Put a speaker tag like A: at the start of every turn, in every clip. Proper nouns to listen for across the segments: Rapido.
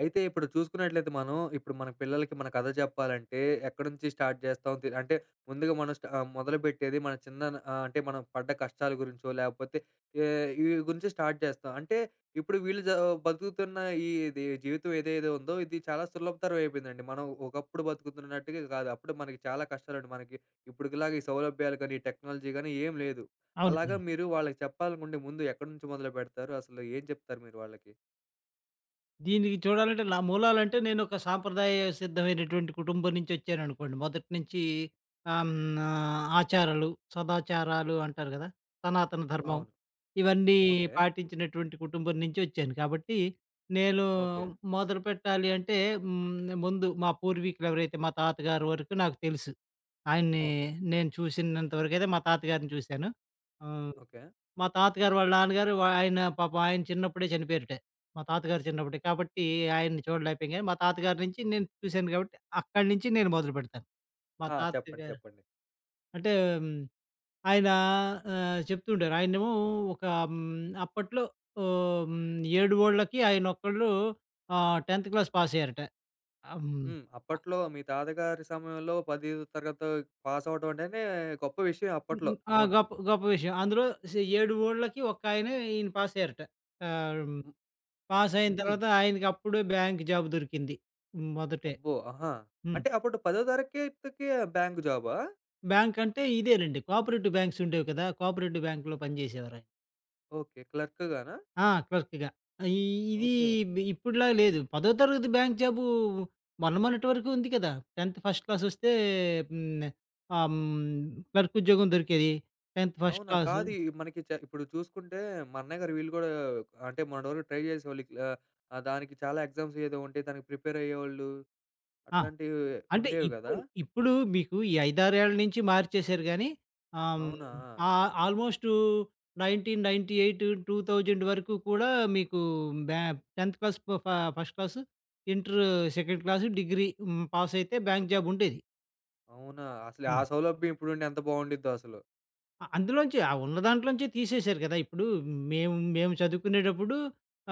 A: అయితే ఇప్పుడు చూసుకున్నట్లయితే మనం, ఇప్పుడు మన పిల్లలకి మన కథ చెప్పాలంటే ఎక్కడి నుంచి స్టార్ట్ చేస్తాం అంటే ముందుగా మనం మొదలుపెట్టేది మన అంటే మనం పడ్డ కష్టాల గురించో లేకపోతే ఏ ఈ గురించి స్టార్ట్ చేస్తాం. అంటే ఇప్పుడు వీళ్ళు జ బతుకుతున్న ఇది జీవితం ఏదేదో ఉందో ఇది చాలా సులభతరం అయిపోయిందండి. మనం ఒకప్పుడు బతుకుతున్నట్టుగా కాదు. అప్పుడు మనకి చాలా కష్టాలండి. మనకి ఇప్పటికిలాగా ఈ సౌలభ్యాలు కానీ, ఈ టెక్నాలజీ గానీ ఏం లేదు. అలాగా
B: అవునండి.
A: మీరు వాళ్ళకి చెప్పాలనుకుంటే ముందు ఎక్కడి నుంచి మొదలుపెడతారు? అసలు ఏం చెప్తారు మీరు వాళ్ళకి?
B: దీనికి చూడాలంటే నా మూలాలంటే నేనొక సాంప్రదాయ సిద్ధమైనటువంటి కుటుంబం నుంచొచ్చాననుకోండి. మొదటి నుంచి ఆహ్, హ్మ్, ఆచారాలు, సదాచారాలు అంటారు గదా! సనాతన ధర్మం
A: అవును.
B: ఇవన్నీ
A: ఓకే.
B: పాటించినటువంటి కుటుంబం నుంచొచ్చాను. కాబట్టి నేను
A: ఓకే.
B: మొదలు పెట్టాలి అంటే ముందు మా పూర్వీకులెవరైతే మా తాతగారి వరకు నాకు తెలుసు. ఆయన్ని
A: ఓకే.
B: నేను చూసినంత వరకైతే మా తాతగారిని చూశాను. ఆహ్
A: ఓకే.
B: మా తాతగారు వాళ్ళ నాన్నగారు ఆయన పాపం ఆయన చిన్నప్పుడే చనిపోయారట. మా తాతగారు చిన్నప్పుడే. కాబట్టి ఆయన్ని చూడలేకపోయాం గానీ, మా తాతగారి నుంచి నేను చూశాను కాబట్టి, అక్కడి నుంచి నేను మొదలుపెడతాను. మా
A: ఆ, చెప్పండి,
B: తాతగారు
A: చెప్పండి.
B: అంటే హ్మ్, ఆయన చెప్తుంటారు. ఆయనేమో ఒక అప్పట్లో 7 ఆయనొక్కళ్ళు 10థ్ క్లాస్ పాస్ అయ్యారట. హ్మ్.
A: హ్మ్.
B: అ
A: అప్పట్లో మీ తాతగారి సమయంలో 10 తరగతి పాస్ అవ్వడం అంటేనే గొప్ప విషయం అప్పట్లో.
B: ఆ!
A: అవును.
B: గొప్ప గొప్ప విషయం. అందులో 7 ఒళ్ళకి ఒక్కాయనే ఈయన పాసయ్యారట. ఆహ్
A: హ్మ్.
B: పాస్ అయిన
A: హుహు.
B: తర్వాత ఆయనకి అప్పుడే బ్యాంక్ జాబ్ దొరికింది. మొదటే.
A: అబ్బో! ఆహా!
B: హ్మ్.
A: అంటే అప్పుడు 10 తరగతికి బ్యాంక్ జాబా?
B: బ్యాంక్ అంటే ఇదేనండి. కోఆపరేటివ్ బ్యాంక్స్ ఉండేవి కదా! కోఆపరేటివ్ బ్యాంక్‌లో పనిచేసేవారాయన.
A: ఓకే. క్లర్క్‌గానా?
B: ఆ! క్లర్క్‌గా. ఈ ఇది
A: ఓకే.
B: బి ఇప్పుడులా లేదు. పదో తరగతి బ్యాంక్ జాబు మొన్న మొన్నటి వరకు ఉంది కదా! 10థ్ ఫస్ట్ క్లాస్ వస్తే హ్మ్. ఆహ్, హ్మ్. క్లర్క్ ఉద్యోగం దొరికేది. 10థ్ ఫస్ట్
A: అవునా?
B: క్లాసు
A: కాదు మనకి ఇప్పుడు చూసుకుంటే మా అన్నయ్య గారు వీళ్ళు కూడా అంటే మొన్నటి వరకు ట్రై చేసేవాళ్ళు. ఇట్లా దానికి చాలా ఎగ్జామ్స్ ఏదో ఉంటే దానికి ప్రిపేర్ అయ్యేవాళ్ళు.
B: ఆ!
A: అట్లాంటివి
B: అంటే
A: ఉండేవి కదా!
B: ఇప్పుడు మీకు ఈ 5, 6 ఏళ్ల నుంచి మార్చేశారు గానీ, ఆహ్, హ్మ్,
A: అవునా?
B: ఆల్‌మోస్టు 1998, 2000 వరకు కూడా మీకు బ్యా 10థ్ class first class, inter second class, degree పాసయితే బ్యాంక్ జాబ్ ఉండేది.
A: అవునా? అసలు ఆ సౌలభ్యం ఇప్పుడుంటే ఎంత బావుండిద్దో అసలు.
B: అందులోంచి ఆ ఉన్న దాంట్లోంచే తీసేశారు కదా! ఇప్పుడు మేము మేము చదువుకునేటప్పుడు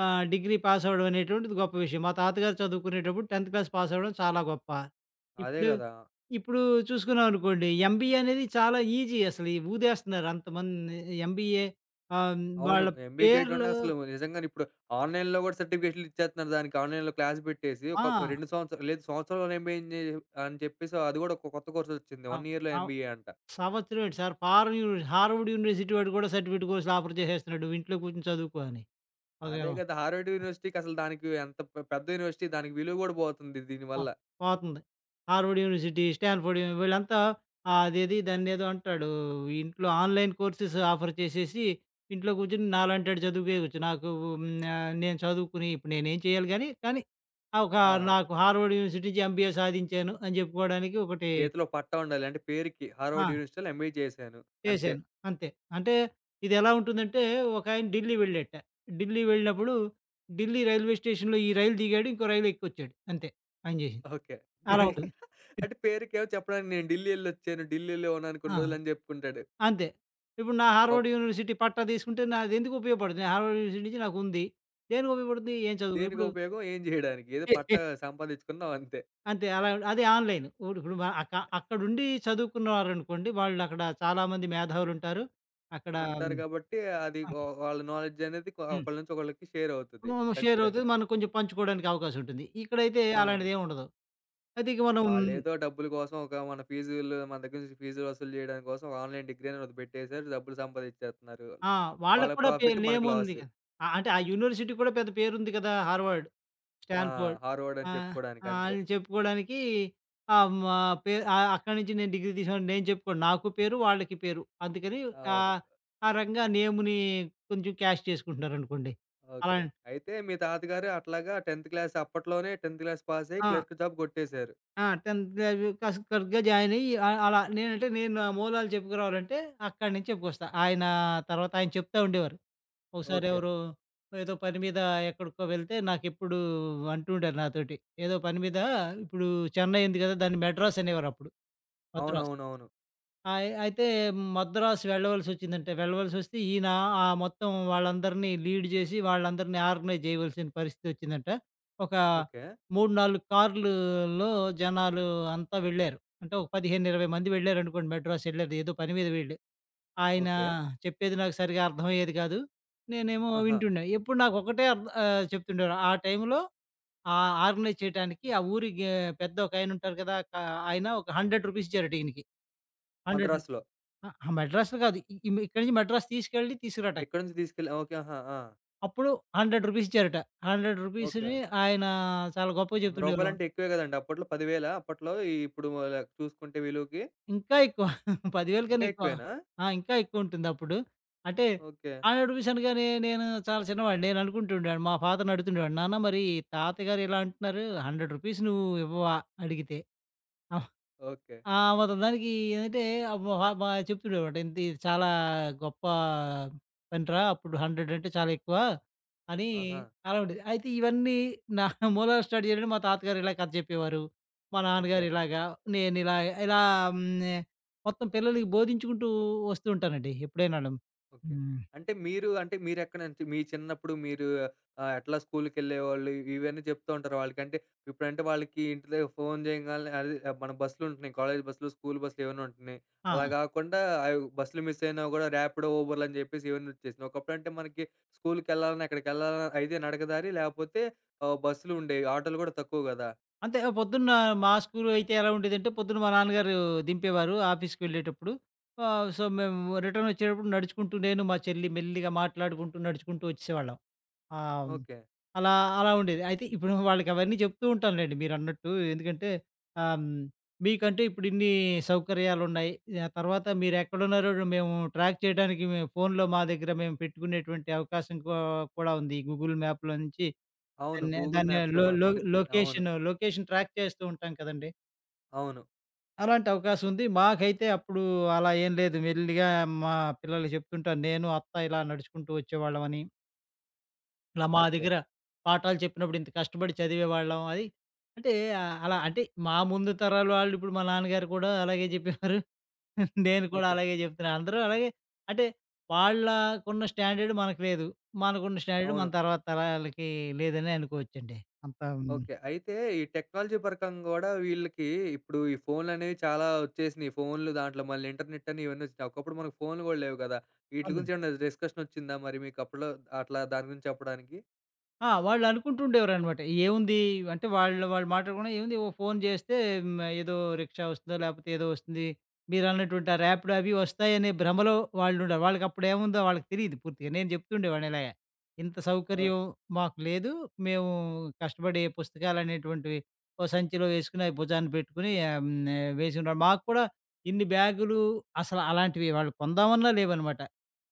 B: డిగ్రీ పాస్ అవ్వడం అనేటువంటిది గొప్ప విషయం. మా తాతగారు చదువుకునేటప్పుడు 10థ్ క్లాస్ పాస్ అవ్వడం చాలా గొప్ప.
A: అదే
B: ఇప్పుడు
A: గదా!
B: ఇప్పుడు చూసుకున్నామనుకోండి, ఎంబీఏ అనేది చాలా ఈజీ, అసలు ఈ ఊదేస్తున్నారు అంతమంది ఎంబీఏ ఆహ్,
A: అవును.
B: వాళ్ళ
A: ఎంబీఏ
B: పేర్లు
A: చేయటమంటే అసలు నిజంగానే ఇప్పుడు ఆన్‌లైన్‌లో గూడా సర్టిఫికేట్‌లు ఇచ్చేత్తన్నారు. దానికి ఆన్‌లైన్‌లో క్లాస్ పెట్టేసి
B: ఆ!
A: ఒక 2 సంవత్సరాలు లేదు సంవత్సరంలో ఎంబీఏ జే అని చెప్పేసి అది గూడా ఒక కొత్త కోర్స్ ఒచ్చింది. 1
B: అవ్
A: ఇయర్‌లో
B: అవ్
A: ఎంబీఏ అంట.
B: సంవత్సరం ఏంటి sir, foreign university Harvard university వాడు కూడా సర్టిఫికేట్ కోర్సులు ఆఫర్ చేసేస్తున్నాడు. నువ్వు ఇంట్లో కూర్చొని చదువుకో అని. ఒక
A: అదే గదా! హార్వర్డ్ యూనివర్సిటీకి అసలు దానికి ఎంత పెద్ద యూనివర్సిటీ దానికి విలువ గూడా పోతుంది
B: పో
A: దీనివల్ల.
B: పోతుంది. హార్వర్డ్ యూనివర్సిటీ, స్టాన్‌ఫోర్డ్ యు వీళ్ళంతా అదేది దాన్నేదో అంటాడు. ఇంట్లో ఆన్‌లైన్ కోర్సెస్ ఆఫర్ చేసేసి, ఇంట్లో కూర్చొని నాలాంటోడు చదువుకోవచ్చు. నాకు హ్మ్, నేను చదువుకుని ఇప్పుడు నేనేం చేయాలి గాని, కానీ ఆహ్, ఒక
A: ఆ,
B: నాకు హార్వర్డ్ యూనివర్సిటీ నుంచి ఎంబీఏ సాధించాను అని చెప్పుకోవడానికి ఒకటి
A: చేతిలో పట్టా ఉండాలి. అంటే పేరుకి
B: ఆ!
A: హార్వర్డ్ యూనివర్సిటీలో ఎంబీఏ చేశాను అంతే.
B: చేశాను. అంతే. అంటే ఇదెలా ఉంటుందంటే, ఒకాయన ఢిల్లీ వెళ్ళాడట. ఢిల్లీ వెళ్ళినప్పుడు, ఢిల్లీ రైల్వే స్టేషన్‌లో ఈ రైలు దిగాడు. ఇంకో రైలు ఎక్కొచ్చాడు. అంతే. ఆయన చేసింది.
A: ఓకే.
B: అలా ఉంటుంది.
A: అంటే పేరుకేమో చెప్పడానికి నేను ఢిల్లీ ఎళ్లొచ్చాను. ఢిల్లీలో ఉన్నాను
B: ఆ!
A: కొన్ని రోజులు అని జెప్పుకుంటాడు.
B: అంతే. ఇప్పుడు నా హార్వర్డ్
A: గొప్ప
B: యూనివర్సిటీ పట్టా తీసుకుంటే నాదెందుకు ఉపయోగపడుతుంది? హార్వర్డ్ యూనివర్సిటీ నుంచి నాకుంది. దేనికి ఉపయోగపడుతుంది? ఏం చదువుకో
A: దేనికి
B: ఇప్పుడు
A: ఉపయోగం? ఏం జేయడానికి? ఏదో పట్టా సంపాదించుకున్నాం అంతే.
B: అంతే, అలా అది ఆన్‌లైన్. ఇప్పుడు ఇప్పుడు మ అక అక్కడుండి చదువుకున్నవారనుకోండి, వాళ్ళక్కడ చాలామంది మేధావులుంటారు. అక్కడ
A: ఉంటారు కాబట్టి అది వ
B: హ్మ్.
A: వాళ్ళ నాలెడ్జ్ అనేది
B: హ్మ్.
A: ఒకళ్ళ నుంచి ఒకళ్ళకి షేర్ అవుతది.
B: హ్మ్. షేర్ అవుతది.
A: ఖచ్చితంగా.
B: మనం కొంచెం పంచుకోవడానికి అవకాశం ఉంటుంది. ఇక్కడైతే
A: అవును.
B: అలాంటిదేం ఉండదు. అయితే ఇక మనం
A: వాళ్ళేదో డబ్బుల కోసం ఒక మన ఫీజులు మన దగ్గర నుంచి ఫీజులు వసూలు జేయడం కోసం ఒక ఆన్‌లైన్ డిగ్రీ అని ఒకటి పెట్టేసారు. డబ్బులు సంపాదించేత్తన్నారు.
B: ఆ!
A: వాళ్ళ
B: వాళ్ళకి కూడా
A: ప్రాఫిట్ మనకి
B: నేముంది
A: లాస్.
B: కదా! అంటే ఆ యూనివర్సిటీ కూడా పెద్ద పేరుంది కదా! హార్వర్డ్.
A: ఆ,
B: స్టాన్ఫోర్డ్.
A: హార్వర్డ్
B: ఆ!
A: అని చెప్పుకోవడానికి
B: ఆ!
A: అంతే.
B: అని చెప్పుకోడానికి మా అక్కడి నుంచి నేను డిగ్రీ తీసానని నేను చెప్పుకోను. నాకు పేరు, వాళ్ళకి పేరు. అందుకని
A: అవును.
B: ఆహ్, ఆ రకంగా నేమ్‌ని కొంచెం క్యాష్ చేసుకుంటున్నారనుకోండి. అలా
A: ఓకే. అయితే మీ తాతగారు అట్లాగా 10థ్ క్లాస్ అప్పట్లోనే 10థ్ క్లాస్ పాస్ అయ్యి
B: ఆ!
A: క్లర్క్ జాబ్ కొట్టేసారు.
B: ఆ! 10థ్ అవి కస్ కరెక్ట్‌గా జాయిన్ అయ్యి అలా నేను నా మూలాలు చెప్పుకురావాలంటే అక్కడి నుంచి చెప్పుకొస్తా. ఆయన తర్వాత ఆయన చెప్తా ఉండేవారు. ఒకసారి
A: ఓకే.
B: ఎవరో ఏదో పని మీద ఎక్కడికో వెళ్తే నాకెప్పుడు అంటూ ఉండారు నాతోటి. ఏదో పని మీద ఇప్పుడు చెన్నై ఉంది కదా! దాన్ని మెడ్రాస్ అనేవారప్పుడు. మద్రాస్.
A: అవునవునవును.
B: అయితే మద్రాస్ వెళ్ళవలసొచ్చిందంటే, వెళ్ళవలసొస్తే ఈయన ఆ మొత్తం వాళ్ళందరినీ లీడ్ జేసి, వాళ్ళందరినీ ఆర్గనైజ్ జేయవలసిన పరిస్థితొచ్చిందంట. ఒక
A: ఓకే.
B: 3, 4 కార్లులో జనాలు అంతా వెళ్ళారు. అంటే ఒక 15, 20 మంది వెళ్ళారనుకోండి, మద్రాస్ యెళ్లారు. ఏదో పని మీద వెళ్లి. ఆయన
A: ఓకే.
B: చెప్పేది నాకు సరిగ్గా అర్థమయ్యేది కాదు. నేనేమో
A: ఆహా!
B: వింటుండే. ఎప్పుడు నాకొకటే చెప్తుండేవారు. ఆ టైంలో ఆ ఆర్గనైజ్ చేయటానికి ఆ ఊరికి పెద్ద ఒకాయనుంటారు కదా! ఆయన ఒక రూ. 100 ఇచ్చారట ఈయనకి. 100
A: మద్రాసులో.
B: ఆ! ఆ! మద్రాస్‌లో కాదు. ఇ ఇ ఇక్కడి నుంచి మద్రాస్ తీసుకెళ్ళి తీసుకురావట.
A: ఎక్కడి నుంచి తీసుకెళ్ళి ఓకే. ఆహా! ఆ!
B: అప్పుడు రూ. 100 ఇచ్చారట. రూ.
A: ఓకే.
B: 100ని ఆయన చాలా గొప్పగా
A: రూ. 100
B: చెప్తుండేవారు.
A: అంటే ఎక్కువే గదండీ! అప్పట్లో 10,000 అప్పట్లో ఇప్పుడు చూసుకుంటే విలువకి
B: ఇంకా ఎక్కువ 10000
A: ఇంకా
B: కన్నా ఎక్కువ.
A: ఎక్కువేనా?
B: ఆ! ఇంకా ఎక్కువుంటుందప్పుడు. అంటే
A: ఓకే.
B: రూ. 100 అనగానే నేను చాలా చిన్నవాడిని. నేను అనుకుంటుండేవాడిని. మా ఫాదర్‌ని అడుగుతుండేవాడిని. నాన్న మరి తాతగారు ఇలా అంటున్నారు. రూ. 100 నువ్వు ఇవ్వవా అడిగితే?
A: ఓకే.
B: ఆ! మొత్తం దానికి ఏందంటే అప్పుడు మా చెప్తుండేవాడు. ఇది చాలా గొప్ప పనిరా! అప్పుడు 100 అంటే చాలా ఎక్కువ అని,
A: ఆహా!
B: అలా ఉండేది. అయితే ఇవన్నీ నా మూలాన స్టార్ట్ చేయడం, మా తాతగారు ఇలా కథ చెప్పేవారు. మా
A: ఓకే.
B: నాన్నగారు ఇలాగా, నేను ఇలా ఇలా హ్మ్. మొత్తం పిల్లలకి బోధించుకుంటూ వస్తూ ఉంటానండి ఎప్పుడైనాను.
A: ఓకే.
B: హ్మ్.
A: అంటే మీరు అంటే మీరెక్కడ నుంచి మీ చిన్నప్పుడు మీరు ఎట్లా స్కూలుకెళ్ళేవాళ్ళు ఇవన్నీ చెప్తూ ఉంటారు వాళ్ళకి. అంటే ఇప్పుడంటే వాళ్ళకి ఇంటి దగ్గర ఫోను చేయంగాల్నే అది ఆ, మన బస్సులుంటున్నాయి. కాలేజీ బస్సులు, స్కూల్ బస్సులు ఏవైనా ఉంటున్నాయి.
B: ఆ!
A: అలా గాకుండా అవి బస్సులు మిస్ అయినా గూడా ర్యాపిడో, ఉబర్‌లని జెప్పేసి ఇవన్నీ వచ్చేసినాయి. ఒకప్పుడంటే మనకి స్కూలుకెళ్ళాలన్నా, ఎక్కడికెళ్ళాలన్నా అయితే నడకదారి లేపోతే బస్సులు ఉండేవి. ఆటోలు గూడా తక్కువ గదా!
B: అంతే. ఆ పొద్దున్న మా స్కూల్లో అయితే ఎలా ఉండేదంటే, పొద్దున్న మా నాన్నగారు దింపేవారు ఆఫీస్‌కి వెళ్ళేటప్పుడు. సో, మేము రిటర్న్ వచ్చేటప్పుడు నడుచుకుంటూ నేను, మా చెల్లి మెల్లిగా మాట్లాడుకుంటూ, నడుచుకుంటూ వచ్చేసేవాళ్ళం. ఆహ్,
A: ఓకే.
B: అలా అలా ఉండేది. అయితే ఇప్పుడు వాళ్ళకి అవన్నీ చెప్తూ ఉంటానులెండి మీరన్నట్టు. ఎందుకంటే ఆహ్, హ్మ్, మీకంటే ఇప్పుడు ఇన్ని సౌకర్యాలున్నాయి. ఆ తర్వాత మీరెక్కడున్నారో మేము ట్రాక్ చేయడానికి మేము ఫోన్‌లో మా దగ్గర మేము పెట్టుకునేటువంటి అవకాశం కూడా ఉంది. గూగుల్ మ్యాప్‌లో నుంచి
A: అవును.
B: దాన్ని
A: గూగుల్
B: దాన్ని
A: మ్యాప్స్‌లో
B: లో లో
A: మనకుండిద్ది. అవును.
B: లొకేషన్ ట్రాక్ చేస్తూ ఉంటాం కదండీ!
A: అవును.
B: అలాంటి అవకాశం ఉంది. మాకైతే అప్పుడు అలా ఏం లేదు. మెల్లిగా మా పిల్లలకి చెప్తుంటాను. నేను, అత్త ఇలా నడుచుకుంటూ వచ్చేవాళ్ళమని. ఇలా మా
A: ఓకే.
B: దగ్గర పాఠాలు చెప్పినప్పుడు ఇంత కష్టపడి చదివేవాళ్ళం అది. అంటే అలా అంటే మా ముందు తరాల వాళ్ళు, ఇప్పుడు మా నాన్నగారు కూడా అలాగే చెప్పేవారు. నేను కూడా
A: ఓకే.
B: అలాగే చెప్తున్నా. అందరూ అలాగే అంటే, వాళ్ళకున్న స్టాండర్డ్ మనకు లేదు. మనకున్న స్టాండర్డ్
A: అవును.
B: మన తర్వాత తరాలకి లేదనే అనుకోవచ్చండి. అంత
A: ఓకే. అయితే ఈ టెక్నాలజీ పరకంగా గూడా వీళ్ళకి ఇప్పుడు ఈ ఫోన్‌లనేవి చాలా వచ్చేసినియి. ఫోన్‌లు దాంట్లో మళ్ళీ ఇంటర్నెట్ అని ఇవన్నీ వచ్చినియి. ఒకప్పుడు మనకు ఫోన్‌లు గూడా లేవు గదా! వీట్లి
B: అవును.
A: గురించి ఏమన్నా డిస్కషన్ వచ్చిందా మరి మీకు అప్పట్లో అట్లా దాని గురించి చెప్పడానికి?
B: ఆ! వాళ్ళనుకుంటుండేవారనమాట. ఏముంది అంటే వాళ్ళు వాళ్ళు మాట్లాడుకున్న ఏముంది, ఓ ఫోను చేస్తే ఏదో రిక్షా వస్తుందో లేకపోతే ఏదో వస్తుంది. మీరన్నటువంటి ఆ ర్యాపిడో అవి వస్తాయనే భ్రమలో వాళ్ళుండారు. వాళ్ళకప్పుడేముందో వాళ్ళకి తెలీదు పూర్తిగా. నేను చెప్తుండేవాడిని ఇలాగ. ఇంత
A: ఓకే.
B: సౌకర్యం మాకు లేదు. మేము కష్టపడి పుస్తకాలనేటువంటివి ఓ సంచిలో వేసుకొని అవి భుజాన పెట్టుకొని వేసుకున్నాం. మాకు కూడా ఇన్ని బ్యాగులు అసలు అలాంటివి వాళ్ళు కొందామన్నా లేవనమాట.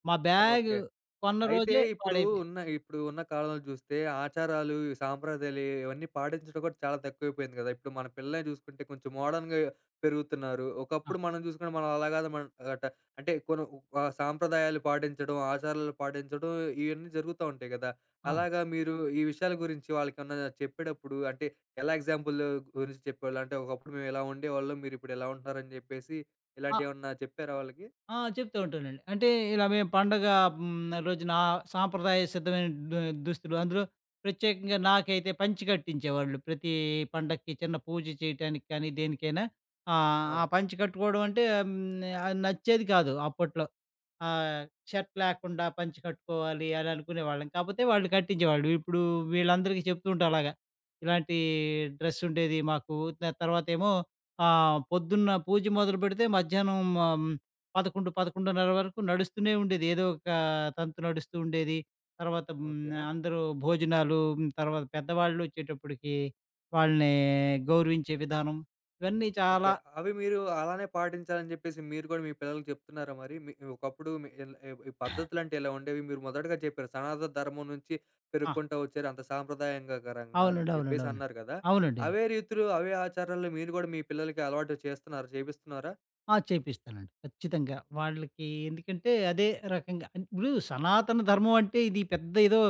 B: మా బ్యాగ్
A: ఓకే.
B: కొన్న
A: అయితే
B: రోజే పాడైపోయింది.
A: ఇప్పుడు ఉన్న కాలంలో చూస్తే ఆచారాలు, ఈ సాంప్రదాయాలు ఇవన్నీ పాటించడం కూడా చాలా తక్కువైపోయింది కదా! ఇప్పుడు మన పిల్లల్ని చూసుకుంటే కొంచెం మోడర్న్‌గా పెరుగుతున్నారు.
B: ఆ!
A: ఒకప్పుడు మనం చూసుకుంటే మనం అలా కాదు మన అట అంటే సాంప్రదాయాలు పాటించడం, ఆచారాలు పాటించడం ఇవన్నీ జరుగుతా ఉంటాయి కదా! అలాగా మీరు ఈ విషయాల గురించి వాళ్ళకేమన్నా చెప్పేటప్పుడు అంటే ఎలా ఎగ్జాంపుల్ గురించి చెప్పేవాళ్ళు? అంటే ఒకప్పుడు మేము ఇలా ఉండేవాళ్ళం. మీరిప్పుడు ఎలా ఉంటున్నారని చెప్పేసి
B: ఆ!
A: ఇలాంటివేమన్నా చెప్పారా వాళ్ళకి?
B: ఆ! చెప్తూ ఉంటానండి. అంటే ఇలా మేము పండగ రోజున సాంప్రదాయ సిద్ధమైన దు దుస్తులు, అందులో ప్రత్యేకంగా నాకైతే పంచి కట్టించేవాళ్ళు. ప్రతి పండక్కి చిన్న పూజ చేయటానికి కానీ, దేనికైనా ఆ
A: అవును.
B: పంచి కట్టుకోవడం అంటే అది నచ్చేది కాదు అప్పట్లో. ఆ! షర్ట్ లేకుండా పంచె కట్టుకోవాలి అని అనుకునేవాళ్ళం. కాపోతే వాళ్ళు కట్టించేవాళ్ళు. ఇప్పుడు వీళ్ళందరికీ చెప్తూ ఉంటా అలాగా. ఇలాంటి డ్రెస్ ఉండేది మాకు. తర్వాతేమో పొద్దున్న పూజ మొదలుపెడితే మధ్యాహ్నం ఆహ్, 11, 11:30 వరకు నడుస్తూనే ఉండేది. ఏదో ఒక తంతు నడుస్తూ ఉండేది. తర్వాత
A: ఓకే.
B: అందరూ భోజనాలు, తర్వాత పెద్దవాళ్ళు వచ్చేటప్పటికి వాళ్ళని గౌరవించే విధానం ఇవన్నీ
A: ఓకే.
B: చాలా
A: అవి మీరు అలానే పాటించాలని జెప్పేసి మీరు గూడా మీ పిల్లలకి చెప్తున్నారా మరి? మీ ఒకప్పుడు మీ ఎల్ ఎ ఈ పద్ధతులంటే ఇలా ఉండేవి. మీరు మొదటగా చెప్పారు. సనాతన ధర్మం నుంచి
B: ఆ!
A: పెరుక్కుంటూ వచ్చారు. అంత సాంప్రదాయంగా కరంగా అని
B: అవునండి. అవునండి.
A: చెప్పేసి
B: అవునండి.
A: అన్నారు గదా!
B: అవునండి.
A: అవే రీతులు, అవే ఆచారాలు మీరు గూడా మీ పిల్లలకి అలవాటు చేస్తున్నారా? చేపిస్తున్నారా?
B: ఆ! చేపిస్తానండి. ఖచ్చితంగా. వాళ్ళకి ఎందుకంటే అదే రకంగా ఇప్పుడు సనాతన ధర్మం అంటే ఇది పెద్ద ఏదో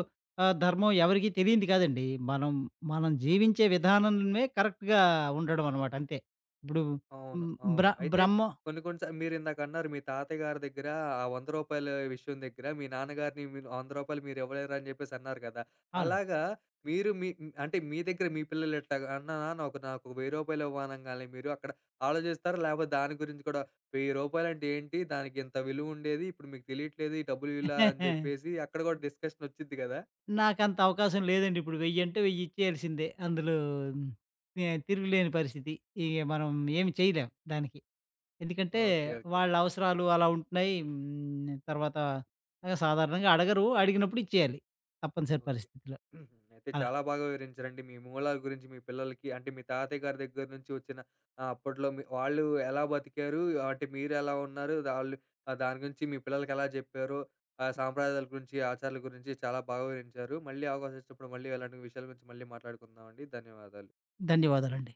B: ధర్మం ఎవరికీ తెలియంది కాదండి. మనం మనం జీవించే విధానమే కరెక్ట్‌గా ఉండడం అనమాట, అంతే. ఇప్పుడు
A: అవును.
B: హ్మ్. బ్ర
A: అవును. అయితే
B: బ్రహ్మ
A: కొన్ని కొన్ని సార్లు మీరిందాకన్నారు మీ తాతయ్య గారి దగ్గర ఆ రూ. 100 విషయం దగ్గర మీ నాన్నగారిని మీరు రూ. 100 మీరివ్వలేరు అని జెప్పేసి అన్నారు కదా!
B: అవునండి.
A: అలాగా మీరు మీ అంటే మీ దగ్గర మీ పిల్లలు ఇట్లాగా అన్నా నాన్న ఒక నాకు రూ. 1000 ఇవ్వు అనంగాల్నే మీరు అక్కడ ఆలోచిస్తారా? లేకపోతే దాని గురించి కూడా రూ. 1000 ఏంటి? దానికి ఇంత విలువ ఉండేది. ఇప్పుడు మీకు తెలియట్లేదు. ఈ డబ్బులు ఇలా అని జెప్పేసి అక్కడ గూడా డిస్కషన్ ఒచ్చిద్ది గదా!
B: నాకంత అవకాశం లేదండి. ఇప్పుడు 1000 అంటే 1000 ఇచ్చేయాల్సిందే. అందులో తిరుగులేని పరిస్థితి. ఇక మనం ఏమి చేయలేం దానికి. ఎందుకంటే
A: ఓకే. ఓకే.
B: వాళ్ళ అవసరాలు అలా ఉంటున్నాయి. హ్మ్. తర్వాత ఆ, సాధారణంగా అడగరు. అడిగినప్పుడు ఇచ్చేయాలి. తప్పనిసరి
A: ఓకే.
B: పరిస్థితిలో.
A: హుహు. అయితే
B: అలా.
A: చాలా బాగా వివరించారండి. మీ మూలాల గురించి మీ పిల్లలకి అంటే మీ తాతయ్య గారి దగ్గర నుంచి వచ్చిన అప్పట్లో మీ వాళ్ళు ఎలా బతికారు? అంటే మీరెలా ఉన్నారు? దాని గురించి మీ పిల్లలకి ఎలా జెప్పారో, ఆ సాంప్రదాయాల గురించి, ఆచారాల గురించి చాలా బాగా వివరించారు. మళ్ళీ అవకాశం ఇచ్చినప్పుడు మళ్ళీ ఇలాంటి విషయాల గురించి మళ్ళీ మాట్లాడుకుందామండి. ధన్యవాదాలు.
B: ధన్యవాదాలండి.